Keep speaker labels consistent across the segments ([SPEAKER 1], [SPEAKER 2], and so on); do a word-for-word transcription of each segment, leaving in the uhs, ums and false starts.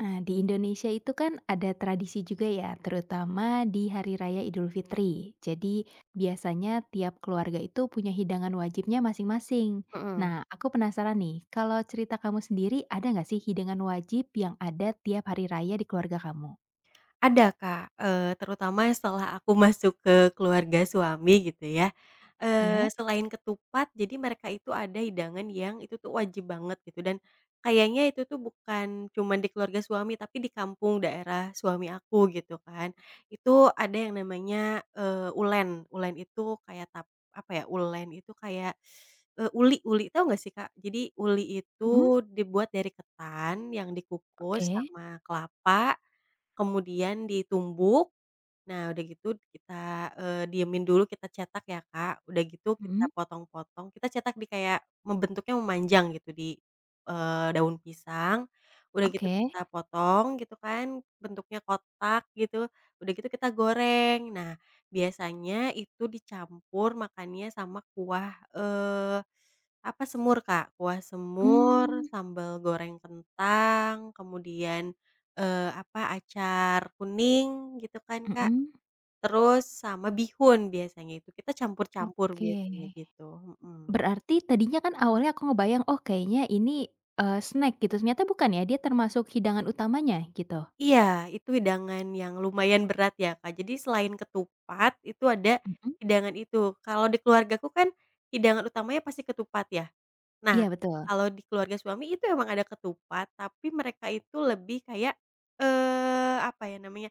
[SPEAKER 1] Nah, di Indonesia itu kan ada tradisi juga ya, terutama di Hari Raya Idul Fitri. Jadi, biasanya tiap keluarga itu punya hidangan wajibnya masing-masing.
[SPEAKER 2] Mhm.
[SPEAKER 1] Nah, aku penasaran nih, kalau cerita kamu sendiri, ada nggak sih hidangan wajib yang ada tiap hari raya di keluarga kamu?
[SPEAKER 2] Ada Kak, eee, terutama setelah aku masuk ke keluarga suami gitu ya, eee,
[SPEAKER 1] Iya?
[SPEAKER 2] selain ketupat jadi mereka itu ada hidangan yang itu tuh wajib banget gitu dan kayaknya itu tuh bukan cuman di keluarga suami tapi di kampung daerah suami aku gitu kan. Itu ada yang namanya, eee, ulen. Ulen itu kayak tap apa ya, ulen itu kayak, eee, uli uli tahu nggak sih Kak? Jadi uli itu
[SPEAKER 1] Mhm.
[SPEAKER 2] dibuat dari ketan yang dikukus
[SPEAKER 1] Oke.
[SPEAKER 2] sama kelapa kemudian ditumbuk. Nah, udah gitu kita, eee, diemin dulu, kita cetak ya, Kak. Udah gitu kita
[SPEAKER 1] Mhm.
[SPEAKER 2] potong-potong, kita cetak di kayak membentuknya memanjang gitu di, eee, daun pisang. Udah gitu
[SPEAKER 1] Oke.
[SPEAKER 2] kita potong gitu kan, bentuknya kotak gitu. Udah gitu kita goreng. Nah, biasanya itu dicampur makannya sama kuah, eee, apa, semur, Kak. Kuah semur,
[SPEAKER 1] Mmm.
[SPEAKER 2] sambal goreng kentang, kemudian, eee, apa, acar kuning gitu kan, Kak.
[SPEAKER 1] Mhm.
[SPEAKER 2] Terus sama bihun biasanya itu, kita campur-campur
[SPEAKER 1] Oke.
[SPEAKER 2] biasanya gitu, mhm.
[SPEAKER 1] Berarti tadinya kan awalnya aku ngebayang, oh kayaknya ini, eee, snack gitu, ternyata bukan ya, dia termasuk hidangan utamanya, gitu?
[SPEAKER 2] Iya, itu hidangan yang lumayan berat ya, Kak. Jadi selain ketupat, itu ada
[SPEAKER 1] Mhm,
[SPEAKER 2] hidangan itu. Kalau di keluargaku kan hidangan utamanya pasti ketupat ya.
[SPEAKER 1] iya
[SPEAKER 2] Nah,
[SPEAKER 1] betul.
[SPEAKER 2] kalau di keluarga suami itu emang ada ketupat, tapi mereka itu lebih kayak, eee, apa ya namanya,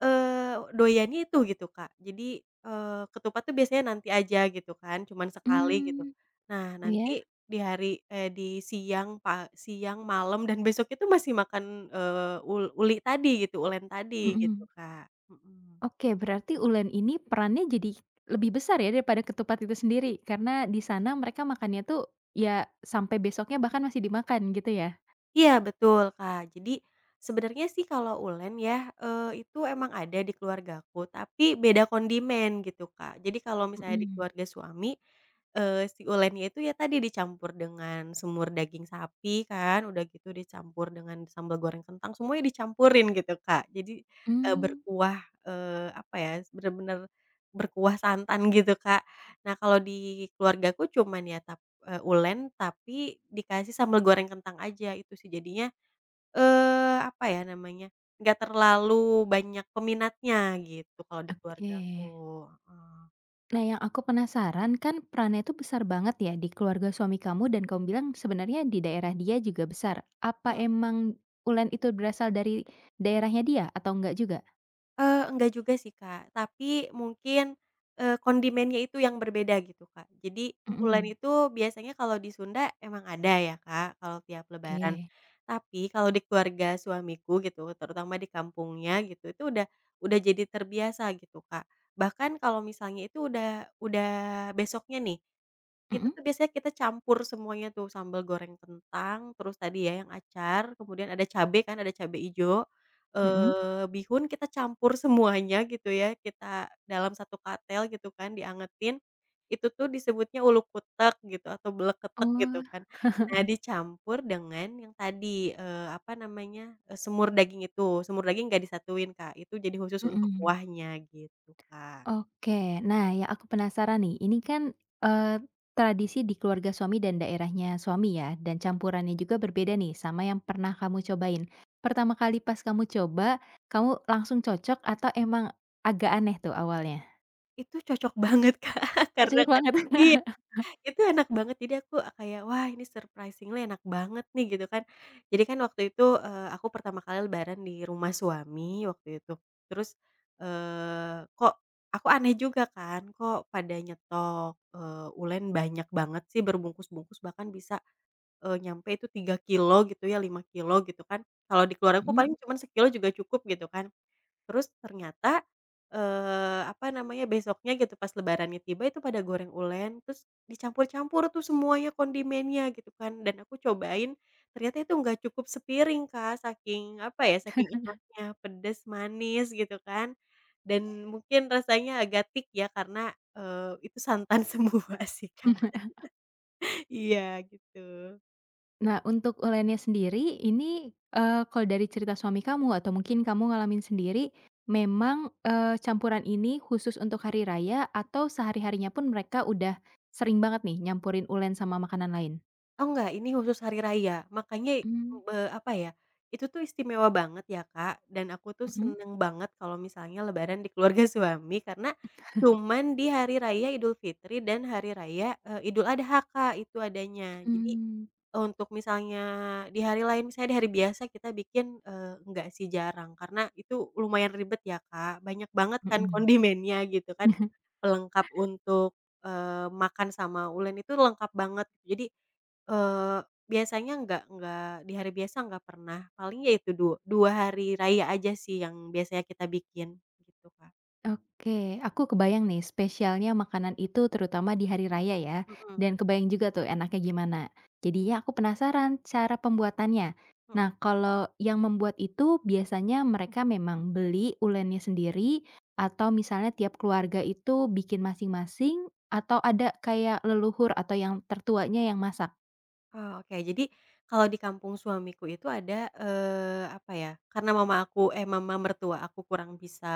[SPEAKER 2] Eee, doyannya itu gitu, Kak. Jadi, eee, ketupat tuh biasanya nanti aja gitu kan, cuman sekali gitu.
[SPEAKER 1] Mmm,
[SPEAKER 2] Nah, nanti
[SPEAKER 1] iya,
[SPEAKER 2] di hari eee, di siang pa siang, malam, dan besok itu masih makan, eee, ul uli tadi gitu, ulen tadi gitu,
[SPEAKER 1] mhm.
[SPEAKER 2] Kak. Mhm.
[SPEAKER 1] Oke, berarti ulen ini perannya jadi lebih besar ya daripada ketupat itu sendiri, karena di sana mereka makannya tuh ya sampai besoknya bahkan masih dimakan gitu ya?
[SPEAKER 2] Iya betul, Kak. Jadi sebenarnya sih kalau ulen ya, eee, itu emang ada di keluargaku, tapi beda kondimen gitu, Kak. Jadi kalau misalnya di
[SPEAKER 1] Mhm.
[SPEAKER 2] keluarga suami, eee, si ulennya itu ya tadi dicampur dengan semur daging sapi kan, udah gitu dicampur dengan sambal goreng kentang, semuanya dicampurin gitu, Kak. Jadi, eee,
[SPEAKER 1] Mmm,
[SPEAKER 2] berkuah, eee, apa ya, bener-bener berkuah santan gitu, Kak. Nah kalau di keluargaku cuman ya Eee, ulen tapi dikasih sambal goreng kentang aja itu sih jadinya, eee, apa ya namanya, nggak terlalu banyak peminatnya gitu kalau di
[SPEAKER 1] oke.
[SPEAKER 2] keluargaku, heeh.
[SPEAKER 1] Nah, yang aku penasaran kan perannya itu besar banget ya di keluarga suami kamu dan kamu bilang sebenarnya di daerah dia juga besar. Apa emang ulen itu berasal dari daerahnya dia atau enggak juga?
[SPEAKER 2] Eee, enggak juga sih, Kak, tapi mungkin, eee, kondimennya itu yang berbeda gitu, Kak. Jadi ulen
[SPEAKER 1] Mhm,
[SPEAKER 2] itu biasanya kalau di Sunda emang ada ya, Kak, kalau tiap lebaran.
[SPEAKER 1] oke.
[SPEAKER 2] Tapi kalau di keluarga suamiku gitu, terutama di kampungnya gitu, itu udah udah jadi terbiasa gitu, Kak. Bahkan kalau misalnya itu udah udah besoknya nih itu
[SPEAKER 1] Mhm?
[SPEAKER 2] tuh biasanya kita campur semuanya tuh, sambal goreng kentang, terus tadi ya yang acar, kemudian ada cabe kan, ada cabe ijo,
[SPEAKER 1] Mhm?
[SPEAKER 2] eee, bihun, kita campur semuanya gitu ya, kita dalam satu katel gitu kan, diangetin. Itu tuh disebutnya ulukutek gitu atau bleketek gitu
[SPEAKER 1] Oh,
[SPEAKER 2] kan. Nah, dicampur dengan yang tadi, eee, apa namanya, eee, semur daging itu. Semur daging nggak disatuin, Kak, itu jadi khusus untuk
[SPEAKER 1] mhm,
[SPEAKER 2] kuahnya gitu, Kak.
[SPEAKER 1] oke. Nah, yang aku penasaran nih, ini kan, eee, tradisi di keluarga suami dan daerahnya suami ya, dan campurannya juga berbeda nih sama yang pernah kamu cobain. Pertama kali pas kamu coba, kamu langsung cocok atau emang agak aneh tuh awalnya?
[SPEAKER 2] Itu cocok banget, Kak,
[SPEAKER 1] Oh,
[SPEAKER 2] karena
[SPEAKER 1] cocok
[SPEAKER 2] kan
[SPEAKER 1] banget.
[SPEAKER 2] i itu enak banget, jadi aku ah, kayak, "Wah, ini surprisingly enak banget nih," gitu kan. Jadi kan waktu itu, eee, aku pertama kali lebaran di rumah suami waktu itu. Terus, eee, kok aku aneh juga kan, kok pada nyetok, eee, ulen banyak banget sih berbungkus-bungkus, bahkan bisa, eee, nyampe itu tiga kilo gitu ya, lima kilo gitu kan. Kalau di keluarga aku
[SPEAKER 1] Mhm.
[SPEAKER 2] paling cuma sekilo juga cukup gitu kan. Terus ternyata, eee, apa namanya, besoknya gitu pas lebarannya tiba itu pada goreng ulen, terus dicampur-campur tuh semuanya kondimennya gitu kan, dan aku cobain ternyata itu nggak cukup sepiring, Kak, saking apa ya, saking enaknya, pedes, manis gitu kan, dan mungkin rasanya agak tik ya karena, eee, itu santan semua sih, Kak. Iya gitu.
[SPEAKER 1] Nah, untuk ulenya sendiri ini, eee, kalau dari cerita suami kamu atau mungkin kamu ngalamin sendiri, memang, eee, campuran ini khusus untuk hari raya atau sehari-harinya pun mereka udah sering banget nih nyampurin ulen sama makanan lain?
[SPEAKER 2] Oh enggak, ini khusus hari raya. Makanya,
[SPEAKER 1] Mmm,
[SPEAKER 2] eee, apa ya, itu tuh istimewa banget ya, Kak, dan aku tuh
[SPEAKER 1] mhm.
[SPEAKER 2] seneng banget kalau misalnya lebaran di keluarga suami karena cuman di hari raya Idul Fitri dan hari raya, eee, Idul Adha, Kak, itu adanya. Jadi
[SPEAKER 1] Mhm.
[SPEAKER 2] untuk misalnya di hari lain, misalnya di hari biasa kita bikin, eee, enggak sih jarang, karena itu lumayan ribet ya, Kak, banyak banget kan
[SPEAKER 1] Mhm.
[SPEAKER 2] kondimennya gitu kan, pelengkap untuk, eee, makan sama ulen itu lengkap banget. Jadi, eee, biasanya nggak nggak di hari biasa nggak pernah, paling ya itu du dua hari raya aja sih yang biasanya kita bikin gitu, Kak.
[SPEAKER 1] Oke, aku kebayang nih spesialnya makanan itu terutama di hari raya ya,
[SPEAKER 2] Mhm,
[SPEAKER 1] dan kebayang juga tuh enaknya gimana. Jadinya aku penasaran cara pembuatannya.
[SPEAKER 2] mhm.
[SPEAKER 1] Nah, kalau yang membuat itu biasanya mereka memang beli ulennya sendiri atau misalnya tiap keluarga itu bikin masing-masing atau ada kayak leluhur atau yang tertuanya yang masak?
[SPEAKER 2] Oh, oke. Jadi, kalau di kampung suamiku itu ada, eee, apa ya, karena mama aku eh, mama mertua aku kurang bisa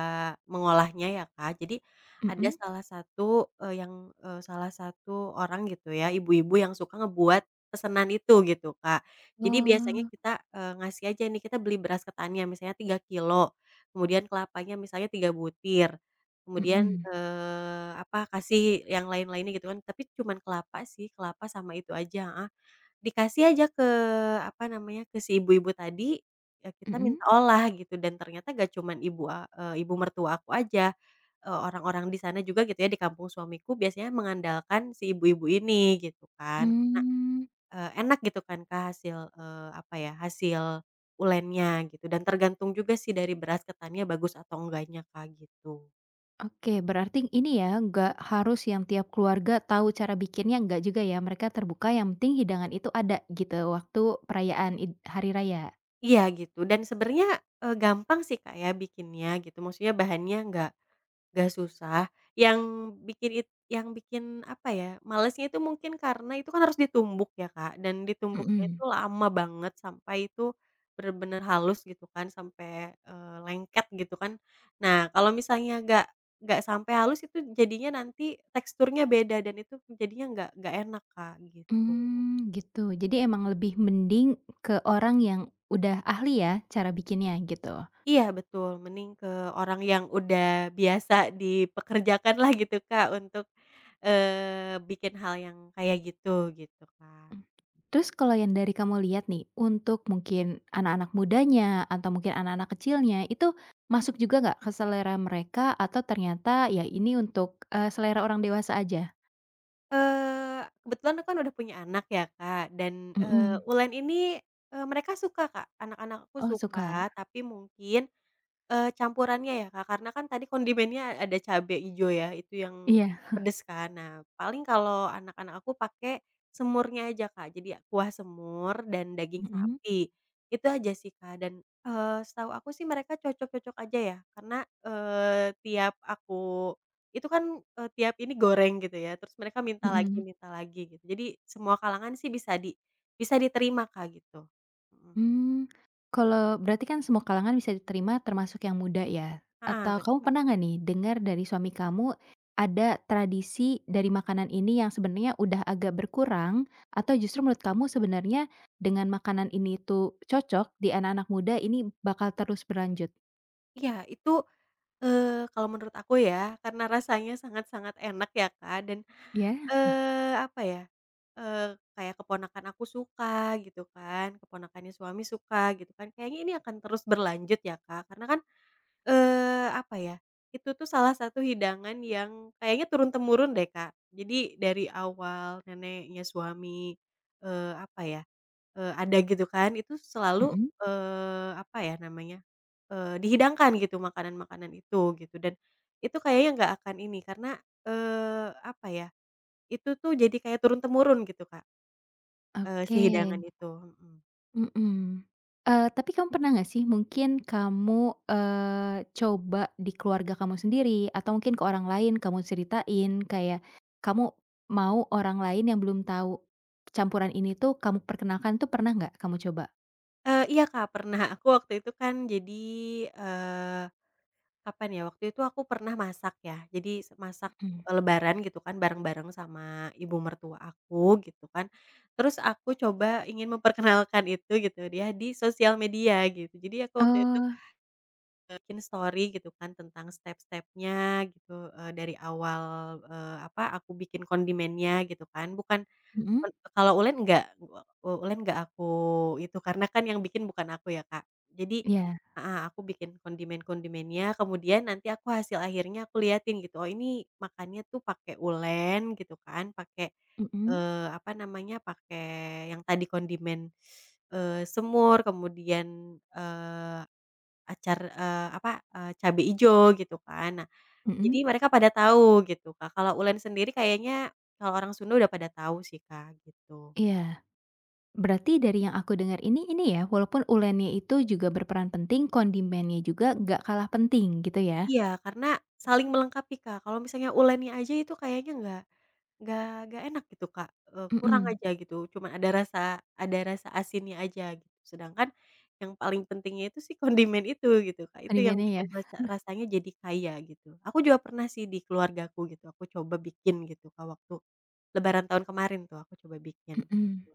[SPEAKER 2] mengolahnya ya, Kak. Jadi, ada
[SPEAKER 1] Mhm.
[SPEAKER 2] salah satu, eee, yang, eee, salah satu orang gitu ya, ibu-ibu yang suka ngebuat pesenan itu gitu, Kak. Jadi biasanya
[SPEAKER 1] Oh.
[SPEAKER 2] kita, eee, ngasih aja nih, kita beli beras ketannya misalnya tiga kilo kemudian kelapanya misalnya tiga butir, kemudian,
[SPEAKER 1] Mhm,
[SPEAKER 2] eee, apa, kasih yang lain-lainnya gitu kan, tapi cuman kelapa sih, kelapa sama itu aja, heeh. Dikasih aja ke apa namanya, ke si ibu-ibu tadi, ya kita
[SPEAKER 1] mhm.
[SPEAKER 2] minta olah gitu dan ternyata gak cuman ibu a eee, ibu mertua aku aja, eee, orang-orang di sana juga gitu ya di kampung suamiku biasanya mengandalkan si ibu-ibu ini gitu kan. Nah,
[SPEAKER 1] Mmm.
[SPEAKER 2] eee, enak gitu kan Kak hasil, eee, apa ya, hasil ulennya gitu dan tergantung juga sih dari beras ketannya bagus atau enggaknya Kak gitu.
[SPEAKER 1] Oke, berarti ini ya, nggak harus yang tiap keluarga tahu cara bikinnya, nggak juga ya. Mereka terbuka, yang penting hidangan itu ada gitu, waktu perayaan id- hari raya?
[SPEAKER 2] Iya gitu dan sebenarnya, eee, gampang sih Kak ya bikinnya gitu maksudnya bahannya nggak gak susah, yang bikin it yang bikin apa ya, malesnya itu mungkin karena itu kan harus ditumbuk ya, Kak, dan ditumbuknya itu
[SPEAKER 1] Mhm.
[SPEAKER 2] lama banget sampai itu bener-bener halus gitu kan, sampai, eee, lengket gitu kan. Nah, kalau misalnya nggak nggak sampai halus itu jadinya nanti teksturnya beda dan itu jadinya nggak nggak enak, Kak, gitu.
[SPEAKER 1] Mmm, gitu. Jadi emang lebih mending ke orang yang udah ahli ya, cara bikinnya, gitu?
[SPEAKER 2] Iya betul, mending ke orang yang udah biasa dipekerjakan lah gitu Kak untuk, eee, bikin hal yang kayak gitu, gitu Kak.
[SPEAKER 1] Mmm. Terus kalau yang dari kamu lihat nih, untuk mungkin anak-anak mudanya, atau mungkin anak-anak kecilnya, itu masuk juga nggak ke selera mereka, atau ternyata ya ini untuk, eee, selera orang dewasa aja?
[SPEAKER 2] Eee, kebetulan aku kan udah punya anak ya Kak dan, eee,
[SPEAKER 1] Mhm.
[SPEAKER 2] Ulen ini, eee, mereka suka Kak, anak-anakku
[SPEAKER 1] Oh suka,
[SPEAKER 2] suka tapi mungkin Eee, campurannya ya, Kak, karena kan tadi kondimennya ada cabe ijo ya, itu yang
[SPEAKER 1] iya,
[SPEAKER 2] pedes kan. Nah, paling kalau anak-anak aku pakai semurnya aja, Kak. Jadi ya kuah semur dan daging
[SPEAKER 1] mhm,
[SPEAKER 2] sapi, itu aja sih, Kak. Dan, eee, setahu aku sih mereka cocok-cocok aja ya, karena, eee, tiap aku itu kan, eee, tiap ini goreng gitu ya, terus mereka minta lagi
[SPEAKER 1] mhm,
[SPEAKER 2] minta lagi gitu. Jadi semua kalangan sih bisa di bisa diterima, Kak, gitu. Mhm.
[SPEAKER 1] mmm. Kalau berarti kan semua kalangan bisa diterima termasuk yang muda ya?
[SPEAKER 2] Heeh,
[SPEAKER 1] Atau kamu
[SPEAKER 2] betul.
[SPEAKER 1] pernah nggak nih dengar dari suami kamu ada tradisi dari makanan ini yang sebenarnya udah agak berkurang atau justru menurut kamu sebenarnya dengan makanan ini tuh cocok di anak-anak muda ini bakal terus berlanjut?
[SPEAKER 2] Iya, itu Eee, kalau menurut aku ya, karena rasanya sangat-sangat enak ya, Kak, dan,
[SPEAKER 1] Iya?
[SPEAKER 2] eee, apa ya, eee, kayak keponakan aku suka gitu kan, keponakannya suami suka gitu kan, kayaknya ini akan terus berlanjut ya, Kak, karena kan, eee, apa ya, itu tuh salah satu hidangan yang kayaknya turun-temurun deh, Kak. Jadi dari awal neneknya suami, eee, apa ya Eee, ada gitu kan, itu selalu,
[SPEAKER 1] Mhm,
[SPEAKER 2] eee, apa ya namanya, eee, dihidangkan gitu makanan-makanan itu gitu dan itu kayaknya nggak akan ini karena, eee, apa ya, itu tuh jadi kayak turun temurun gitu Kak, eee, si
[SPEAKER 1] oke.
[SPEAKER 2] hidangan itu, mhm.
[SPEAKER 1] Mhm. Eee, tapi kamu pernah nggak sih mungkin kamu, eee, coba di keluarga kamu sendiri atau mungkin ke orang lain kamu ceritain kayak kamu mau orang lain yang belum tahu campuran ini tuh kamu perkenalkan tuh pernah nggak kamu coba?
[SPEAKER 2] Eee, iya Kak pernah, aku waktu itu kan jadi, eee Kapan ya? Waktu itu aku pernah masak ya. Jadi se masak,
[SPEAKER 1] Mhm.
[SPEAKER 2] eee, lebaran gitu kan bareng-bareng sama ibu mertua aku gitu kan. Terus aku coba ingin memperkenalkan itu gitu dia di sosial media gitu. Jadi aku waktu itu
[SPEAKER 1] Oh,
[SPEAKER 2] eh, bikin story gitu kan tentang step-stepnya gitu, eee, dari awal, eee, apa, aku bikin kondimennya gitu kan. Bukan
[SPEAKER 1] mhm,
[SPEAKER 2] Pen Kalau ulen enggak, u ulen enggak aku itu, karena kan yang bikin bukan aku ya, Kak. Jadi
[SPEAKER 1] iya,
[SPEAKER 2] heeh, aku bikin kondimen-kondimennya, kemudian nanti aku hasil akhirnya aku liatin gitu, oh ini makannya tuh pakai ulen gitu kan, pakai,
[SPEAKER 1] mhm,
[SPEAKER 2] eee, apa namanya, pakai yang tadi kondimen, eee, semur, kemudian, eee, acar eee, apa, eee, cabe ijo gitu kan. Nah,
[SPEAKER 1] mhm,
[SPEAKER 2] jadi mereka pada tahu gitu, Kak. Kalau ulen sendiri kayaknya kalau orang Sunda udah pada tahu sih, Kak, gitu.
[SPEAKER 1] iya. Berarti dari yang aku dengar ini, ini ya walaupun ulennya itu juga berperan penting, kondimennya juga nggak kalah penting gitu ya?
[SPEAKER 2] Iya, karena saling melengkapi, Kak. Kalau misalnya uleni aja itu kayaknya nggak nggak nggak enak gitu, Kak, eee, kurang
[SPEAKER 1] Mhm,
[SPEAKER 2] aja gitu, cuman ada rasa ada rasa asinnya aja gitu. Sedangkan yang paling pentingnya itu si kondimen itu gitu, Kak, itu yang
[SPEAKER 1] kondimennya ya?
[SPEAKER 2] bikin rasa rasanya jadi kaya gitu. Aku juga pernah sih di keluargaku gitu, aku coba bikin gitu, Kak, waktu lebaran tahun kemarin tuh aku coba bikin, gitu.
[SPEAKER 1] Mhm.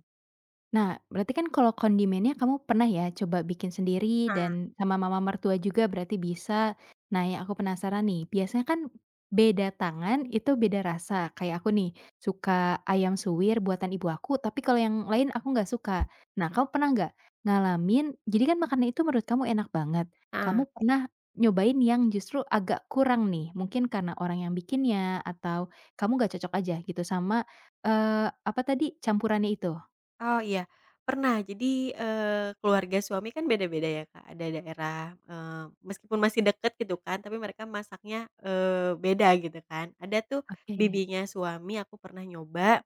[SPEAKER 1] Nah, berarti kan kalau kondimennya kamu pernah ya coba bikin sendiri
[SPEAKER 2] Nah.
[SPEAKER 1] dan sama mama mertua juga berarti bisa. Nah, yang aku penasaran nih, biasanya kan beda tangan itu beda rasa. Kayak aku nih, suka ayam suwir buatan ibu aku, tapi kalau yang lain aku nggak suka. Nah, kamu pernah nggak ngalamin, jadi kan makanan itu menurut kamu enak banget.
[SPEAKER 2] Ah.
[SPEAKER 1] Kamu pernah nyobain yang justru agak kurang nih, mungkin karena orang yang bikinnya, atau kamu nggak cocok aja gitu sama, eee, apa tadi, campurannya itu?
[SPEAKER 2] Oh iya, pernah. Jadi, eee, keluarga suami kan beda-beda ya, Kak. Ada daerah, eee, meskipun masih deket gitu kan, tapi mereka masaknya, eee, beda gitu kan. Ada tuh
[SPEAKER 1] Oke.
[SPEAKER 2] bibinya suami aku pernah nyoba,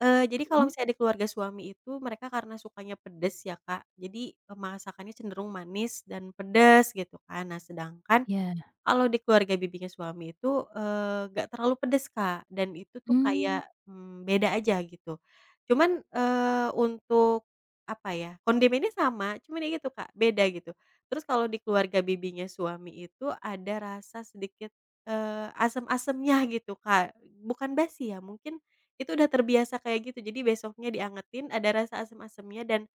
[SPEAKER 2] eee, jadi kalau
[SPEAKER 1] Mhm,
[SPEAKER 2] misalnya di keluarga suami itu mereka karena sukanya pedes ya, Kak, jadi, eee, masakannya cenderung manis dan pedes gitu kan. Nah sedangkan
[SPEAKER 1] iya,
[SPEAKER 2] kalau di keluarga bibinya suami itu, eee, nggak terlalu pedes, Kak, dan itu tuh
[SPEAKER 1] mmm,
[SPEAKER 2] kayak, mmm, beda aja gitu. Cuman, eee, untuk apa ya, kondimennya sama, cuman ya gitu, Kak, beda gitu. Terus kalau di keluarga bibinya suami itu ada rasa sedikit, eee, asem-asemnya gitu, Kak, bukan basi ya, mungkin itu udah terbiasa kayak gitu. Jadi besoknya diangetin ada rasa asem-asemnya dan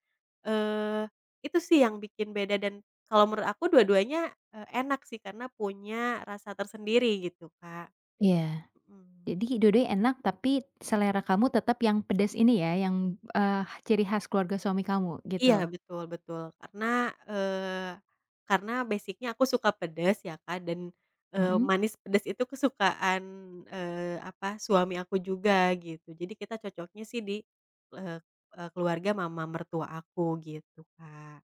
[SPEAKER 2] Eee, itu sih yang bikin beda dan kalau menurut aku dua-duanya, eee, enak sih karena punya rasa tersendiri gitu, Kak.
[SPEAKER 1] iya.
[SPEAKER 2] Mhm,
[SPEAKER 1] Jadi
[SPEAKER 2] gitu.
[SPEAKER 1] dua-duanya enak tapi selera kamu tetap yang pedes ini ya, yang, eee, ciri khas keluarga suami kamu
[SPEAKER 2] Iya,
[SPEAKER 1] gitu?
[SPEAKER 2] betul betul. Karena, eee, karena basic-nya aku suka pedes ya, Kak, dan, eee,
[SPEAKER 1] Mhm,
[SPEAKER 2] manis pedes itu kesukaan, eee, apa, suami aku juga gitu. Jadi kita cocoknya sih di, eee eee, keluarga mama mertua aku gitu, Kak.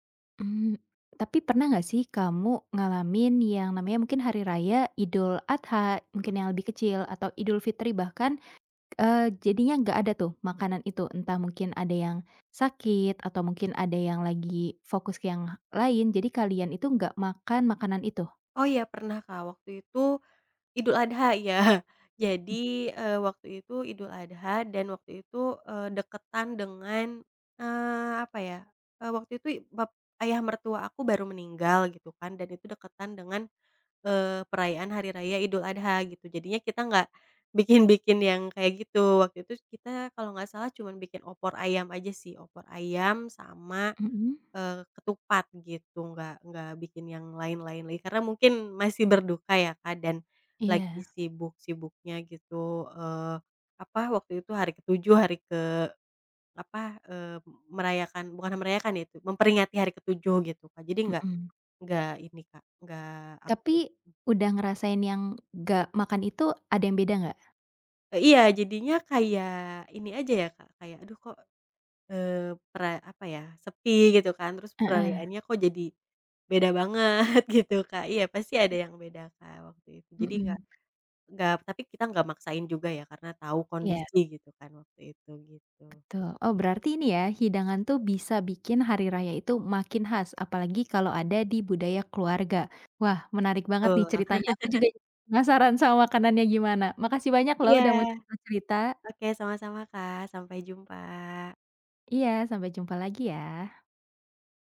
[SPEAKER 1] mmm, tapi pernah nggak sih kamu ngalamin yang namanya mungkin hari raya Idul Adha, mungkin
[SPEAKER 2] Mhm.
[SPEAKER 1] yang lebih kecil atau Idul Fitri bahkan, eee, jadinya nggak ada tuh makanan itu, entah mungkin ada yang sakit atau mungkin ada yang lagi fokus ke yang lain, jadi kalian itu nggak makan makanan itu?
[SPEAKER 2] Oh iya pernah, Kak, waktu itu Idul Adha, ya. Jadi, eee, waktu itu Idul Adha dan waktu itu, eee, deketan dengan, eee, apa ya, eee, waktu itu i- bap ayah mertua aku baru meninggal gitu kan dan itu deketan dengan, eee, perayaan hari raya Idul Adha gitu. Jadinya kita nggak bikin-bikin yang kayak gitu. Waktu itu kita kalau nggak salah cuman bikin opor ayam aja sih, opor ayam sama
[SPEAKER 1] Mhm,
[SPEAKER 2] Eee, ketupat gitu, nggak nggak bikin yang lain-lain lagi, karena mungkin masih berduka ya Kak, dan lagi
[SPEAKER 1] iya,
[SPEAKER 2] sibuk-sibuknya gitu, eee, apa, waktu itu hari ketujuh hari ke apa, eee, merayakan bukan merayakan ya itu, memperingati hari ketujuh gitu Kak, jadi nggak
[SPEAKER 1] mhm.
[SPEAKER 2] nggak ini Kak, nggak aku
[SPEAKER 1] Tapi, udah ngerasain yang gak makan itu ada yang beda nggak?
[SPEAKER 2] eee, iya jadinya kayak ini aja ya Kak, kayak aduh kok, eee, pera apa ya, sepi gitu kan, terus
[SPEAKER 1] Heeh,
[SPEAKER 2] perayaannya kok jadi Beda banget gitu, Kak. Iya, pasti ada yang beda, Kak, waktu itu. Jadi nggak
[SPEAKER 1] mhm,
[SPEAKER 2] nggak tapi kita nggak maksain juga ya, karena tahu
[SPEAKER 1] iya,
[SPEAKER 2] kondisi gitu kan waktu itu, gitu.
[SPEAKER 1] betul. Oh berarti ini ya, hidangan tuh bisa bikin hari raya itu makin khas, apalagi kalau ada di budaya keluarga. Wah menarik banget nih
[SPEAKER 2] Tuh.
[SPEAKER 1] ceritanya, aku juga penasaran sama makanannya gimana. Makasih banyak loh
[SPEAKER 2] Iya.
[SPEAKER 1] udah mau cerita-cerita.
[SPEAKER 2] Oke, sama-sama, Kak. Sampai jumpa.
[SPEAKER 1] Iya, sampai jumpa lagi ya.